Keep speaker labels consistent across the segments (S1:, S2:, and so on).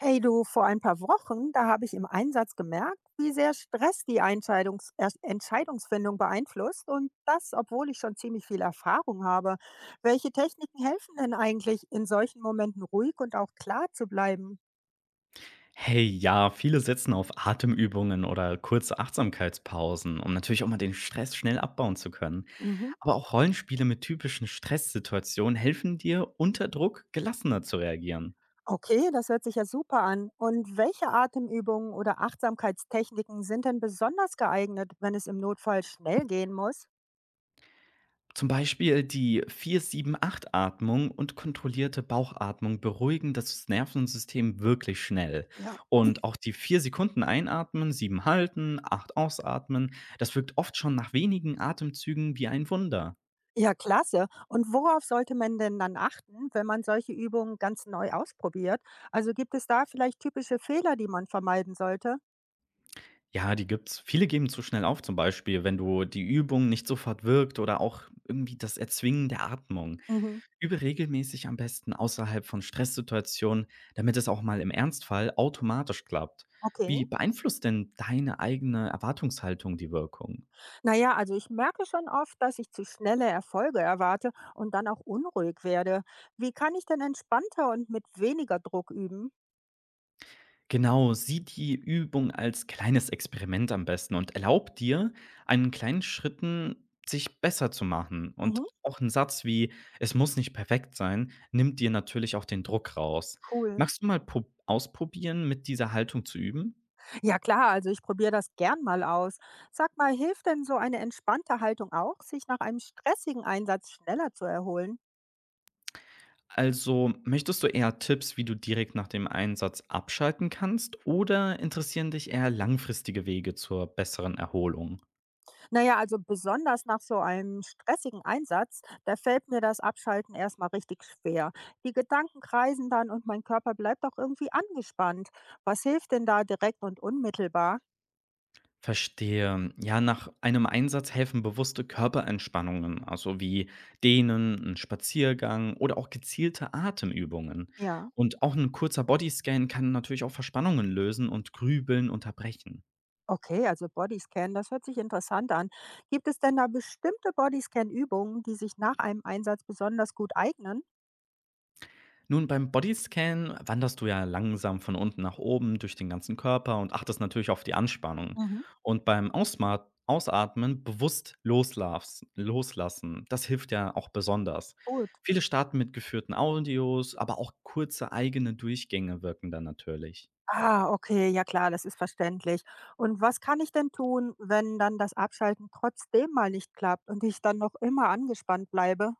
S1: Hey du, vor ein paar Wochen, da habe ich im Einsatz gemerkt, wie sehr Stress die Entscheidungsfindung beeinflusst und das, obwohl ich schon ziemlich viel Erfahrung habe. Welche Techniken helfen denn eigentlich, in solchen Momenten ruhig und auch klar zu bleiben?
S2: Hey, ja, viele setzen auf Atemübungen oder kurze Achtsamkeitspausen, um natürlich auch mal den Stress schnell abbauen zu können.
S1: Mhm.
S2: Aber auch Rollenspiele mit typischen Stresssituationen helfen dir, unter Druck gelassener zu reagieren.
S1: Okay, das hört sich ja super an. Und welche Atemübungen oder Achtsamkeitstechniken sind denn besonders geeignet, wenn es im Notfall schnell gehen muss?
S2: Zum Beispiel die 4-7-8 Atmung und kontrollierte Bauchatmung beruhigen das Nervensystem wirklich schnell.
S1: Ja.
S2: Und auch die 4 Sekunden einatmen, 7 halten, 8 ausatmen, das wirkt oft schon nach wenigen Atemzügen wie ein Wunder.
S1: Ja, klasse. Und worauf sollte man denn dann achten, wenn man solche Übungen ganz neu ausprobiert? Also gibt es da vielleicht typische Fehler, die man vermeiden sollte?
S2: Ja, die gibt's. Viele geben zu schnell auf, zum Beispiel, wenn du die Übung nicht sofort wirkt oder auch irgendwie das Erzwingen der Atmung.
S1: Mhm.
S2: Übe regelmäßig am besten außerhalb von Stresssituationen, damit es auch mal im Ernstfall automatisch klappt.
S1: Okay.
S2: Wie beeinflusst denn deine eigene Erwartungshaltung die Wirkung?
S1: Naja, also ich merke schon oft, dass ich zu schnelle Erfolge erwarte und dann auch unruhig werde. Wie kann ich denn entspannter und mit weniger Druck üben?
S2: Genau, sieh die Übung als kleines Experiment am besten und erlaub dir, einen kleinen Schritten sich besser zu machen. Und
S1: Mhm.
S2: auch ein Satz wie „Es muss nicht perfekt sein“, nimmt dir natürlich auch den Druck raus.
S1: Cool.
S2: Magst du mal prob ausprobieren, mit dieser Haltung zu üben?
S1: Ja klar, also ich probiere das gern mal aus. Sag mal, hilft denn so eine entspannte Haltung auch, sich nach einem stressigen Einsatz schneller zu erholen?
S2: Also, möchtest du eher Tipps, wie du direkt nach dem Einsatz abschalten kannst, oder interessieren dich eher langfristige Wege zur besseren Erholung?
S1: Naja, also besonders nach so einem stressigen Einsatz, da fällt mir das Abschalten erstmal richtig schwer. Die Gedanken kreisen dann und mein Körper bleibt auch irgendwie angespannt. Was hilft denn da direkt und unmittelbar?
S2: Verstehe. Ja, nach einem Einsatz helfen bewusste Körperentspannungen, also wie Dehnen, ein Spaziergang oder auch gezielte Atemübungen.
S1: Ja,
S2: Und auch ein kurzer Bodyscan kann natürlich auch Verspannungen lösen und Grübeln unterbrechen.
S1: okay, also Bodyscan, das hört sich interessant an. Gibt es denn da bestimmte Bodyscan-Übungen, die sich nach einem Einsatz besonders gut eignen?
S2: Nun, beim Bodyscan wanderst du ja langsam von unten nach oben durch den ganzen Körper und achtest natürlich auf die Anspannung.
S1: Mhm.
S2: Und beim Ausma Ausatmen bewusst loslassen, das hilft ja auch besonders.
S1: Gut.
S2: Viele starten mit geführten Audios, aber auch kurze eigene Durchgänge wirken dann natürlich.
S1: Ah, okay, ja klar, das ist verständlich. Und was kann ich denn tun, wenn dann das Abschalten trotzdem mal nicht klappt und ich dann noch immer angespannt bleibe?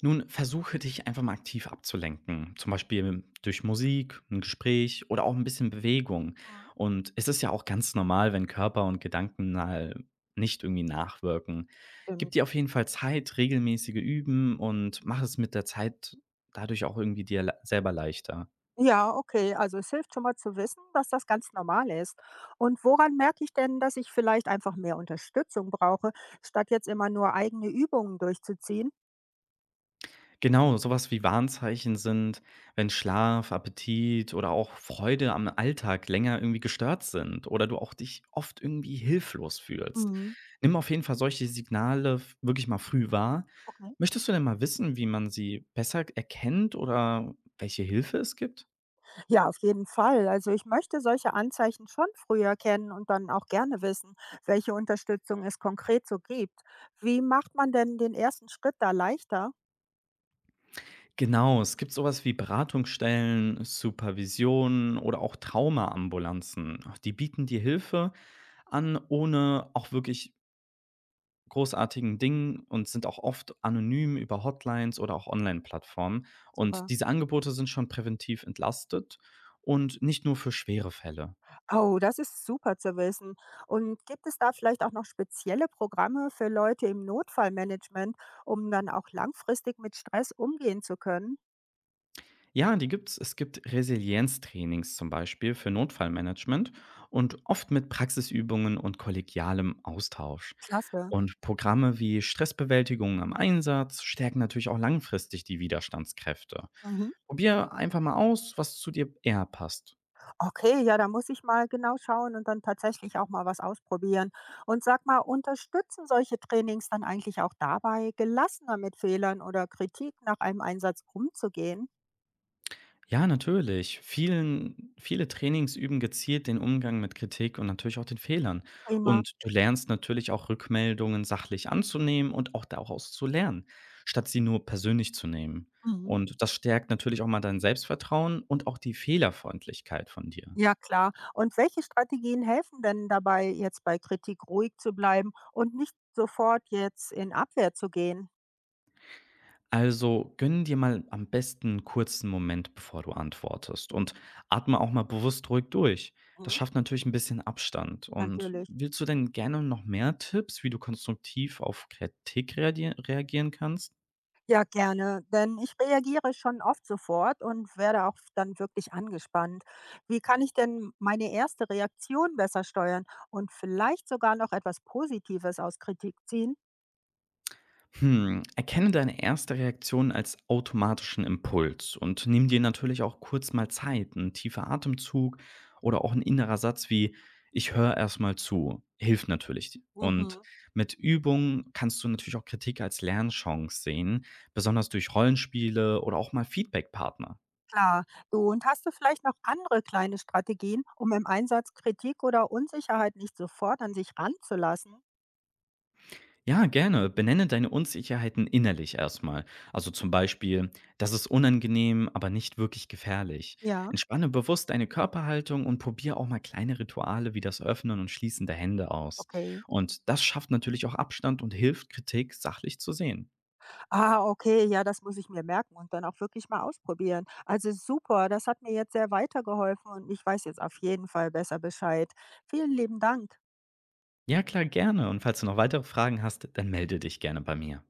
S2: Nun, versuche dich einfach mal aktiv abzulenken, zum Beispiel durch Musik, ein Gespräch oder auch ein bisschen Bewegung.
S1: Mhm.
S2: Und es ist ja auch ganz normal, wenn Körper und Gedanken mal nicht irgendwie nachwirken. Gib
S1: Stimmt.
S2: dir auf jeden Fall Zeit, regelmäßige Üben und mach es mit der Zeit dadurch auch irgendwie dir le selber leichter.
S1: Ja, okay, also es hilft schon mal zu wissen, dass das ganz normal ist. Und woran merke ich denn, dass ich vielleicht einfach mehr Unterstützung brauche, statt jetzt immer nur eigene Übungen durchzuziehen?
S2: Genau, sowas wie Warnzeichen sind, wenn Schlaf, Appetit oder auch Freude am Alltag länger irgendwie gestört sind oder du auch dich oft irgendwie hilflos fühlst.
S1: Mhm.
S2: Nimm auf jeden Fall solche Signale wirklich mal früh wahr.
S1: Okay.
S2: Möchtest du denn mal wissen, wie man sie besser erkennt oder welche Hilfe es gibt?
S1: Ja, auf jeden Fall. Also ich möchte solche Anzeichen schon früher kennen und dann auch gerne wissen, welche Unterstützung es konkret so gibt. Wie macht man denn den ersten Schritt da leichter?
S2: Genau, es gibt sowas wie Beratungsstellen, Supervision oder auch Traumaambulanzen. Die bieten dir Hilfe an, ohne auch wirklich großartigen Dingen und sind auch oft anonym über Hotlines oder auch Online-Plattformen. Und
S1: Super.
S2: diese Angebote sind schon präventiv entlastet und nicht nur für schwere Fälle.
S1: Oh, das ist super zu wissen. Und gibt es da vielleicht auch noch spezielle Programme für Leute im Notfallmanagement, um dann auch langfristig mit Stress umgehen zu können?
S2: Ja, die gibt's. Es gibt Resilienztrainings zum Beispiel für Notfallmanagement und oft mit Praxisübungen und kollegialem Austausch.
S1: Klasse.
S2: Und Programme wie Stressbewältigung am Einsatz stärken natürlich auch langfristig die Widerstandskräfte.
S1: Mhm.
S2: Probier einfach mal aus, was zu dir eher passt.
S1: Okay, ja, da muss ich mal genau schauen und dann tatsächlich auch mal was ausprobieren. Und sag mal, unterstützen solche Trainings dann eigentlich auch dabei, gelassener mit Fehlern oder Kritik nach einem Einsatz umzugehen?
S2: Ja, natürlich. Viele Trainings üben gezielt den Umgang mit Kritik und natürlich auch den Fehlern.
S1: Prima.
S2: Und du lernst natürlich auch Rückmeldungen sachlich anzunehmen und auch daraus zu lernen, statt sie nur persönlich zu nehmen.
S1: Mhm.
S2: Und das stärkt natürlich auch mal dein Selbstvertrauen und auch die Fehlerfreundlichkeit von dir.
S1: Ja, klar. Und welche Strategien helfen denn dabei, jetzt bei Kritik ruhig zu bleiben und nicht sofort jetzt in Abwehr zu gehen?
S2: Also gönn dir mal am besten einen kurzen Moment, bevor du antwortest und atme auch mal bewusst ruhig durch. Das
S1: Mhm.
S2: schafft natürlich ein bisschen Abstand. Und
S1: Natürlich.
S2: willst du denn gerne noch mehr Tipps, wie du konstruktiv auf Kritik reagieren kannst?
S1: Ja, gerne, denn ich reagiere schon oft sofort und werde auch dann wirklich angespannt. Wie kann ich denn meine erste Reaktion besser steuern und vielleicht sogar noch etwas Positives aus Kritik ziehen?
S2: Hm, erkenne deine erste Reaktion als automatischen Impuls und nimm dir natürlich auch kurz mal Zeit. Ein tiefer Atemzug oder auch ein innerer Satz wie ich höre erstmal zu, hilft natürlich. Und
S1: Mhm.
S2: mit Übung kannst du natürlich auch Kritik als Lernchance sehen, besonders durch Rollenspiele oder auch mal Feedbackpartner.
S1: Klar, du und hast du vielleicht noch andere kleine Strategien, um im Einsatz Kritik oder Unsicherheit nicht sofort an sich ranzulassen?
S2: Ja, gerne. Benenne deine Unsicherheiten innerlich erstmal. Also zum Beispiel, das ist unangenehm, aber nicht wirklich gefährlich.
S1: Ja,
S2: Entspanne bewusst deine Körperhaltung und probiere auch mal kleine Rituale wie das Öffnen und Schließen der Hände aus.
S1: okay.
S2: Und das schafft natürlich auch Abstand und hilft, Kritik sachlich zu sehen.
S1: Ah, okay, ja, das muss ich mir merken und dann auch wirklich mal ausprobieren. Also super, das hat mir jetzt sehr weitergeholfen und ich weiß jetzt auf jeden Fall besser Bescheid. Vielen lieben Dank.
S2: Ja, klar, gerne. Und falls du noch weitere Fragen hast, dann melde dich gerne bei mir.